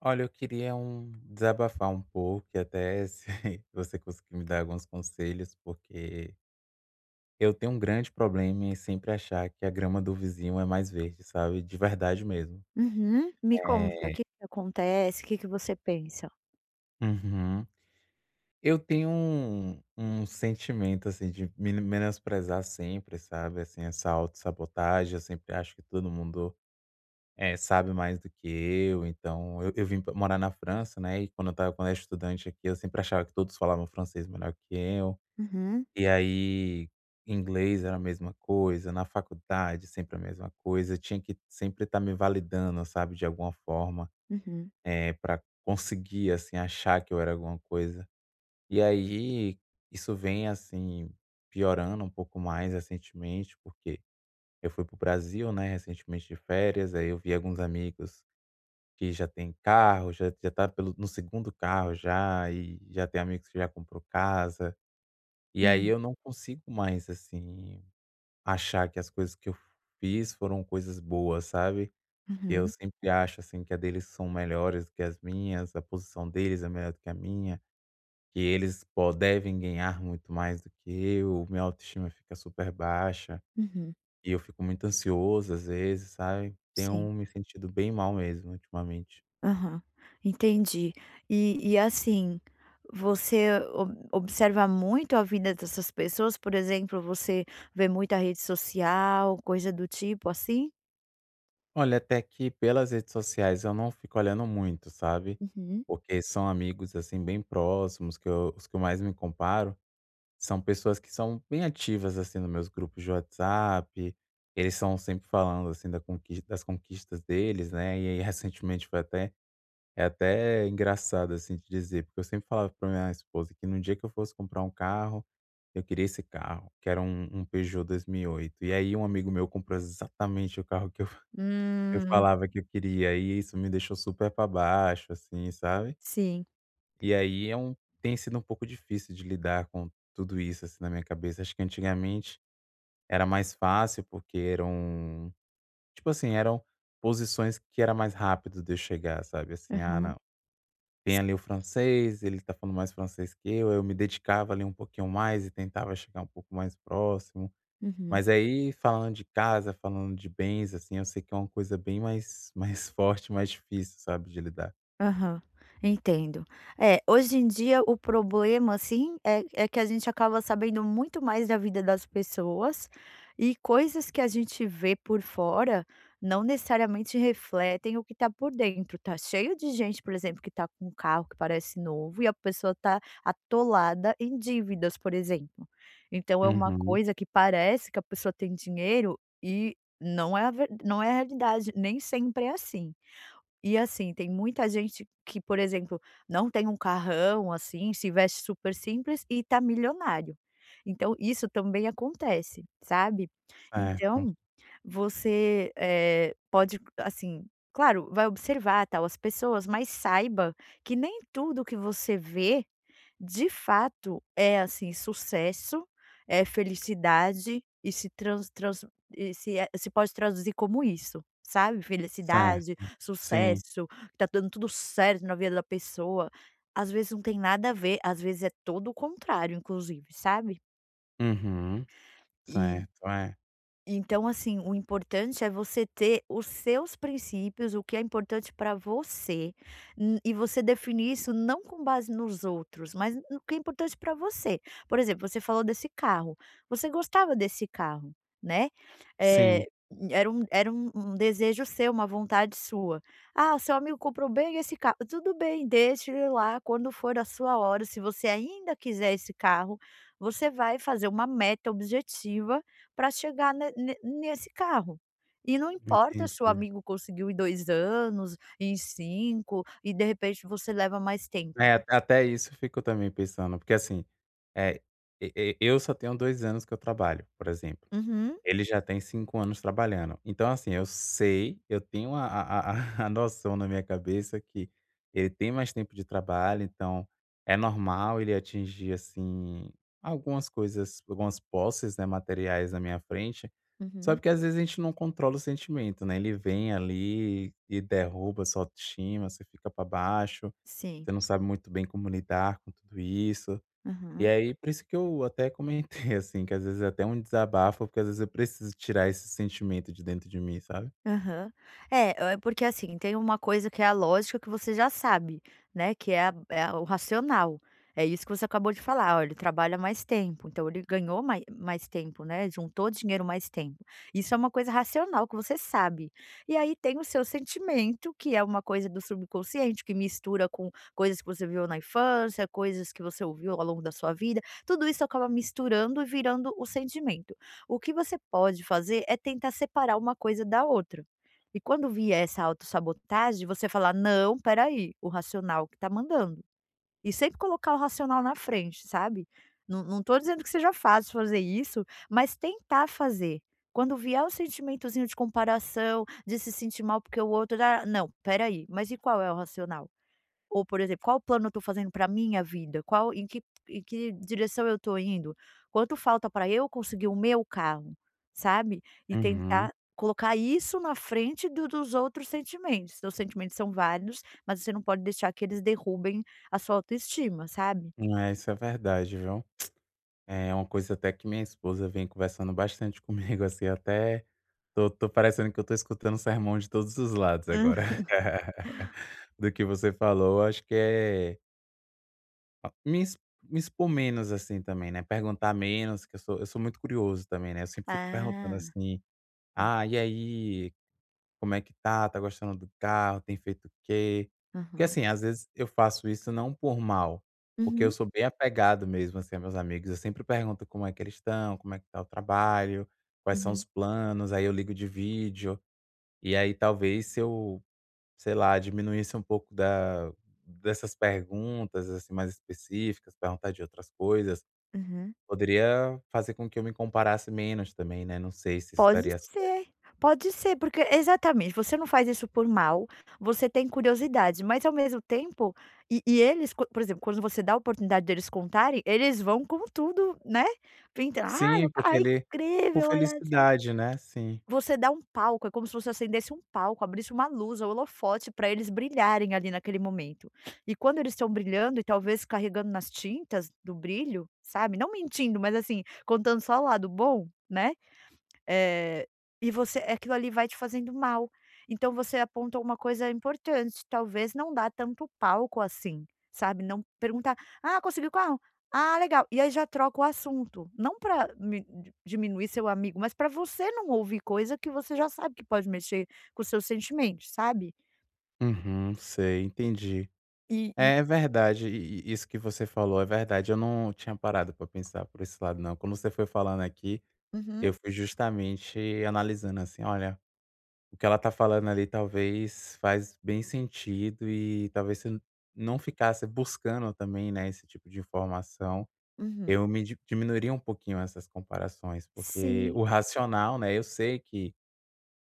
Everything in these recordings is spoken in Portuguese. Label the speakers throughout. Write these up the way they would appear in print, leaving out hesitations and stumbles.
Speaker 1: Olha, eu queria desabafar um pouco e até se você conseguir me dar alguns conselhos, porque eu tenho um grande problema em sempre achar que a grama do vizinho é mais verde, sabe? De verdade mesmo.
Speaker 2: Uhum. Me conta,
Speaker 1: É.
Speaker 2: o que que acontece, o que que você pensa?
Speaker 1: Uhum. Eu tenho um sentimento, assim, de me menosprezar sempre, sabe? Assim, essa autossabotagem. Eu sempre acho que todo mundo sabe mais do que eu. Então, eu vim morar na França, né? E quando eu era estudante aqui, eu sempre achava que todos falavam francês melhor que eu.
Speaker 2: Uhum,
Speaker 1: E aí, inglês era a mesma coisa, na faculdade sempre a mesma coisa, tinha que sempre estar me validando, sabe, de alguma forma,
Speaker 2: uhum,
Speaker 1: pra conseguir, assim, achar que eu era alguma coisa. E aí, isso vem, assim, piorando um pouco mais recentemente, porque eu fui pro Brasil, né, recentemente de férias, aí eu vi alguns amigos que já tem carro, já tá pelo no segundo carro já, e já tem amigos que já comprou casa, e aí
Speaker 2: uhum,
Speaker 1: eu não consigo mais, assim, achar que as coisas que eu fiz foram coisas boas, sabe. Eu
Speaker 2: uhum,
Speaker 1: sempre acho, assim, que a deles são melhores do que as minhas, a posição deles é melhor do que a minha, que eles po devem ganhar muito mais do que eu, minha autoestima fica super baixa,
Speaker 2: uhum.
Speaker 1: e eu fico muito ansioso às vezes, sabe. Tenho
Speaker 2: Sim,
Speaker 1: me sentido bem mal mesmo ultimamente.
Speaker 2: aham, entendi. E assim, você ob observa muito a vida dessas pessoas? Por exemplo, você vê muita rede social, coisa do tipo assim?
Speaker 1: Olha, até que pelas redes sociais eu não fico olhando muito, sabe,
Speaker 2: Uhum.
Speaker 1: porque são amigos, assim, bem próximos que eu os que eu mais me comparo. São pessoas que são bem ativas, assim, nos meus grupos de WhatsApp, eles são sempre falando, assim, da conquis das conquistas deles, né, e aí recentemente foi até é até engraçado, assim, de dizer, porque eu sempre falava para minha esposa que no dia que eu fosse comprar um carro, eu queria esse carro, que era um Peugeot 2008 e aí um amigo meu comprou exatamente o carro que eu eu
Speaker 2: Hum,
Speaker 1: falava que eu queria, e isso me deixou super para baixo, assim, sabe.
Speaker 2: sim,
Speaker 1: E aí é um Tem sido um pouco difícil de lidar com tudo isso, assim, na minha cabeça. Acho que antigamente era mais fácil, porque eram posições que era mais rápido de eu chegar, sabe, assim: "Ah,
Speaker 2: aham,
Speaker 1: não, tem
Speaker 2: s
Speaker 1: ali o francês, ele tá falando mais francês que eu me dedicava ali um pouquinho mais e tentava chegar um pouco mais próximo.
Speaker 2: uhum.
Speaker 1: Mas aí falando de casa, falando de bens, assim, eu sei que é uma coisa bem mais mais forte, mais difícil, sabe, de lidar.
Speaker 2: Aham, entendo. É, hoje em dia o problema, assim, é que a gente acaba sabendo muito mais da vida das pessoas e coisas que a gente vê por fora não necessariamente refletem o que tá por dentro. Tá cheio de gente, por exemplo, que tá com um carro que parece novo e a pessoa tá atolada em dívidas, por exemplo. Então é uma
Speaker 1: Uhum.
Speaker 2: coisa que parece que a pessoa tem dinheiro e não é a realidade, nem sempre é assim. E assim, tem muita gente que, por exemplo, não tem um carrão, assim, se veste super simples e tá milionário. Então isso também acontece, sabe.
Speaker 1: Certo,
Speaker 2: Então, você, pode, assim, claro, vai observar, tal, as pessoas, mas saiba que nem tudo que você vê de fato, é assim, sucesso, é felicidade e se pode traduzir como isso, sabe, felicidade,
Speaker 1: certo. Sim.
Speaker 2: sucesso, que tá dando tudo certo na vida da pessoa. Às vezes não tem nada a ver, às vezes é todo o contrário inclusive, sabe?
Speaker 1: Uhum. Certo, é.
Speaker 2: Então, assim, o importante é você ter os seus princípios, o que é importante para você, e você definir isso não com base nos outros, mas no que é importante para você. Por exemplo, você falou desse carro, você gostava desse carro, né?
Speaker 1: Sim,
Speaker 2: Eh, era um, um desejo seu, uma vontade sua. Ah, o seu amigo comprou bem esse carro. Tudo bem, deixe ele lá. Quando for a sua hora, se você ainda quiser esse carro, você vai fazer uma meta objetiva para chegar ne ne nesse carro. E não importa se o
Speaker 1: entendi.
Speaker 2: amigo conseguiu em 2 anos, em 5 e de repente você leva mais tempo.
Speaker 1: É, até isso eu fico também pensando, porque assim, é e eu só tenho 2 anos que eu trabalho, por exemplo.
Speaker 2: Uhum,
Speaker 1: Ele já tem 5 anos trabalhando. Então, assim, eu sei, eu tenho a a noção na minha cabeça que ele tem mais tempo de trabalho, então é normal ele atingir, assim, algumas coisas, algumas posses, né, materiais na minha frente, só
Speaker 2: uhum,
Speaker 1: porque às vezes a gente não controla o sentimento, né, ele vem ali e derruba a sua autoestima, você fica para baixo,
Speaker 2: sim,
Speaker 1: você não sabe muito bem como lidar com tudo isso. E
Speaker 2: aham.
Speaker 1: aí, por isso que eu até comentei, assim, que às vezes é até um desabafo, porque às vezes eu preciso tirar esse sentimento de dentro de mim, sabe?
Speaker 2: Aham. É, porque assim, tem uma coisa que é a lógica que você já sabe, né, que é a o racional. É isso que você acabou de falar, olha, ele trabalha mais tempo, então ele ganhou mais tempo, né, juntou dinheiro mais tempo. Isso é uma coisa racional que você sabe. E aí tem o seu sentimento, que é uma coisa do subconsciente, que mistura com coisas que você viu na infância, coisas que você ouviu ao longo da sua vida, tudo isso acaba misturando e virando o sentimento. O que você pode fazer é tentar separar uma coisa da outra. E quando vier essa autossabotagem, você falar: "Não, espera aí, o racional que tá mandando". E sempre colocar o racional na frente, sabe. Não estou dizendo que seja fácil fazer isso, mas tentar fazer. Quando vier o sentimentozinho de comparação, de se sentir mal porque o outro, ah, não, espera aí, mas e qual é o racional? Ou, por exemplo, qual plano eu tô fazendo para minha vida? Qual em que direção eu tô indo? Quanto falta para eu conseguir o meu carro, sabe? E
Speaker 1: Uhum.
Speaker 2: tentar colocar isso na frente do dos outros sentimentos. Seus sentimentos são válidos, mas você não pode deixar que eles derrubem a sua autoestima, sabe?
Speaker 1: É, isso é verdade, viu? É uma coisa até que minha esposa vem conversando bastante comigo, assim, até tô parecendo que eu tô escutando sermão de todos os lados
Speaker 2: Hã.
Speaker 1: agora. Do que você falou, acho que é me, ex- me expor menos, assim, também, né? Perguntar menos, que eu sou muito curioso também, né? Eu sempre fico perguntando
Speaker 2: Ah.
Speaker 1: assim, ah, e aí? Como é que tá? Tá gostando do carro? Tem feito o quê? Porque,
Speaker 2: Aham.
Speaker 1: assim, às vezes eu faço isso não por mal, porque eu
Speaker 2: Uhum,
Speaker 1: sou bem apegado mesmo, assim, a meus amigos. Eu sempre pergunto como é que eles estão, como é que tá o trabalho, quais são os
Speaker 2: uhum,
Speaker 1: planos, aí eu ligo de vídeo. E aí talvez se eu, sei lá, diminuísse um pouco da dessas perguntas, assim, mais específicas, perguntar de outras coisas,
Speaker 2: uhum.
Speaker 1: poderia fazer com que eu me comparasse menos também, né, não sei se isso
Speaker 2: Pode
Speaker 1: daria
Speaker 2: ser,
Speaker 1: certo.
Speaker 2: pode ser, porque exatamente, você não faz isso por mal, você tem curiosidade, mas ao mesmo tempo e eles co por exemplo, quando você dá a oportunidade deles contarem, eles vão com tudo, né, pinta: "Ai,
Speaker 1: Sim, porque
Speaker 2: ai,
Speaker 1: ele por
Speaker 2: incrível, olha só".
Speaker 1: felicidade, né, sim.
Speaker 2: Você dá um palco, é como se você acendesse um palco, abrisse uma luz, um holofote para eles brilharem ali naquele momento. E quando eles estão brilhando e talvez carregando nas tintas do brilho, sabe, não mentindo, mas assim, contando só o lado bom, né. Eh, e você aquilo ali vai te fazendo mal. Então você aponta uma coisa importante, talvez não dá tanto palco assim, sabe, não perguntar: "Ah, conseguiu o carro? Ah, legal". E aí já troca o assunto, não para diminuir seu amigo, mas para você não ouvir coisa que você já sabe que pode mexer com seus sentimentos, sabe.
Speaker 1: Uhum, sei, entendi.
Speaker 2: E e
Speaker 1: É verdade, i i isso que você falou é verdade, eu não tinha parado para pensar por esse lado não. Quando você foi falando aqui, eu
Speaker 2: uhum,
Speaker 1: fui justamente analisando, assim: "Olha, o que ela tá falando ali talvez faz bem sentido", e talvez se eu não ficasse buscando também, né, esse tipo de informação,
Speaker 2: uhum.
Speaker 1: eu me di diminuiria um pouquinho essas comparações, porque
Speaker 2: Sim,
Speaker 1: o racional, né, eu sei que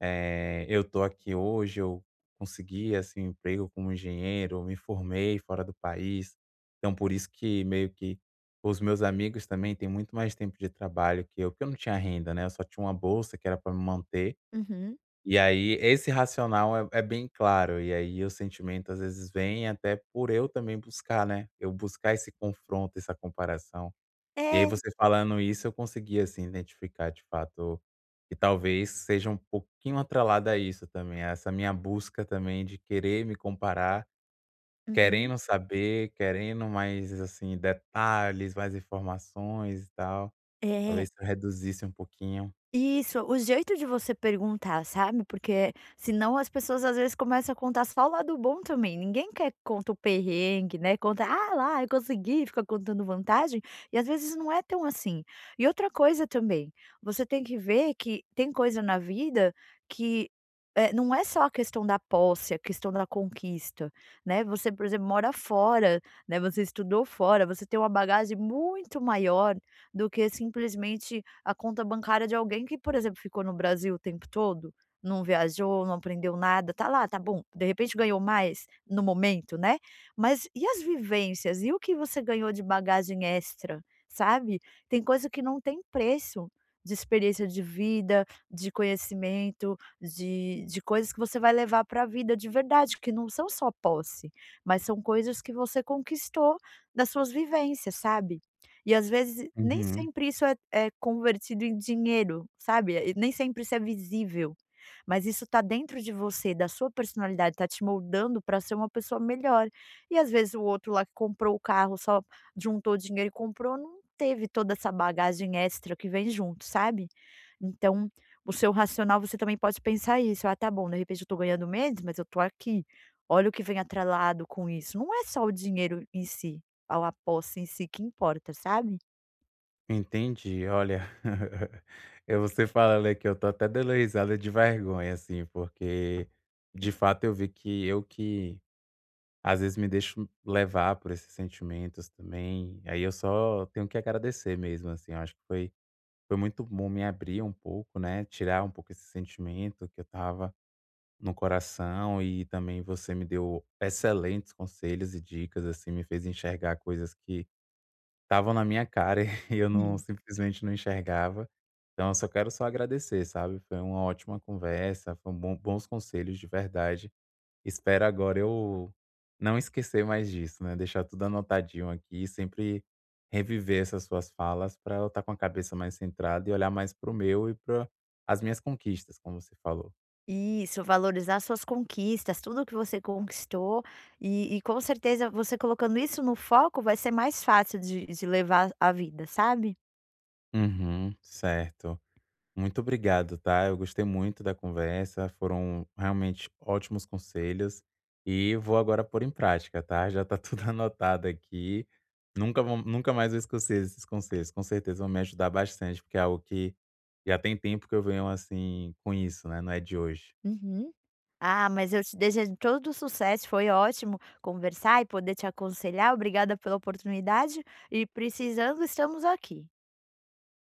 Speaker 1: Eu tô aqui hoje, eu consegui, assim, um emprego como engenheiro, me formei fora do país. Então por isso que meio que os meus amigos também têm muito mais tempo de trabalho que eu, porque eu não tinha renda, né, eu só tinha uma bolsa que era para me manter.
Speaker 2: uhum.
Speaker 1: E aí esse racional é bem claro, e aí o sentimento às vezes vem até por eu também buscar, né, eu buscar esse confronto, essa comparação. E aí
Speaker 2: É,
Speaker 1: você falando isso, eu consegui, assim, identificar de fato que talvez seja um pouquinho atrelada a isso também, a essa minha busca também de querer me comparar,
Speaker 2: uhum.
Speaker 1: querendo saber, querendo mais, assim, detalhes, mais informações e tal.
Speaker 2: É.
Speaker 1: Talvez se eu reduzisse um pouquinho.
Speaker 2: Isso, o jeito de você perguntar, sabe, porque senão as pessoas às vezes começam a contar só o lado bom também, ninguém quer que conta o perrengue, né, conta: "Ah lá, eu consegui", fica contando vantagem, e às vezes não é tão assim. E outra coisa também, você tem que ver que tem coisa na vida que, não é só a questão da posse, a questão da conquista, né, você, por exemplo, mora fora, né, você estudou fora, você tem uma bagagem muito maior do que simplesmente a conta bancária de alguém que, por exemplo, ficou no Brasil o tempo todo, não viajou, não aprendeu nada, tá lá, tá bom, de repente ganhou mais no momento, né, mas e as vivências? E o que você ganhou de bagagem extra, sabe? Tem coisa que não tem preço, de experiência de vida, de conhecimento, de coisas que você vai levar para a vida de verdade, que não são só posse, mas são coisas que você conquistou das suas vivências, sabe? E às vezes nem
Speaker 1: Uhum.
Speaker 2: sempre isso é convertido em dinheiro, sabe, nem sempre isso é visível, mas isso tá dentro de você, da sua personalidade, tá te moldando para ser uma pessoa melhor. E às vezes o outro lá que comprou o carro, só juntou dinheiro e comprou, não teve toda essa bagagem extra que vem junto, sabe. Então, o seu racional você também pode pensar isso: "Ah, tá bom, de repente eu tô ganhando menos, mas eu tô aqui. Olha o que vem atrelado com isso". Não é só o dinheiro em si ao a posse em si que importa, sabe?
Speaker 1: Entendi, olha, eu você falando aqui, eu tô até dando risada de vergonha, assim, porque de fato eu vi que eu que às vezes me deixo levar por esses sentimentos também, aí eu só tenho que agradecer mesmo, assim, eu acho que foi muito bom me abrir um pouco, né, tirar um pouco esse sentimento que eu tava no coração e também você me deu excelentes conselhos e dicas, assim, me fez enxergar coisas que estavam na minha cara e eu não
Speaker 2: Hum.
Speaker 1: simplesmente não enxergava. Então eu só agradecer, sabe, foi uma ótima conversa, foram bons conselhos de verdade. Espero agora eu não esquecer mais disso, né, deixar tudo anotadinho aqui e sempre reviver essas suas falas para eu estar com a cabeça mais centrada e olhar mais pro meu e para as minhas conquistas, como você falou.
Speaker 2: Isso, valorizar suas conquistas, tudo que você conquistou e com certeza você colocando isso no foco vai ser mais fácil de levar a vida, sabe?
Speaker 1: Uhum, certo. Muito obrigado, tá? Eu gostei muito da conversa, foram realmente ótimos conselhos e vou agora pôr em prática, tá? Já tá tudo anotado aqui. Nunca mais vou esquecer esses conselhos. Com certeza vão me ajudar bastante, porque é algo que já tem tempo que eu venho assim com isso, né? Não é de hoje.
Speaker 2: Uhum. Ah, mas eu te desejo todo sucesso, foi ótimo conversar e poder te aconselhar, obrigada pela oportunidade e precisando, estamos aqui.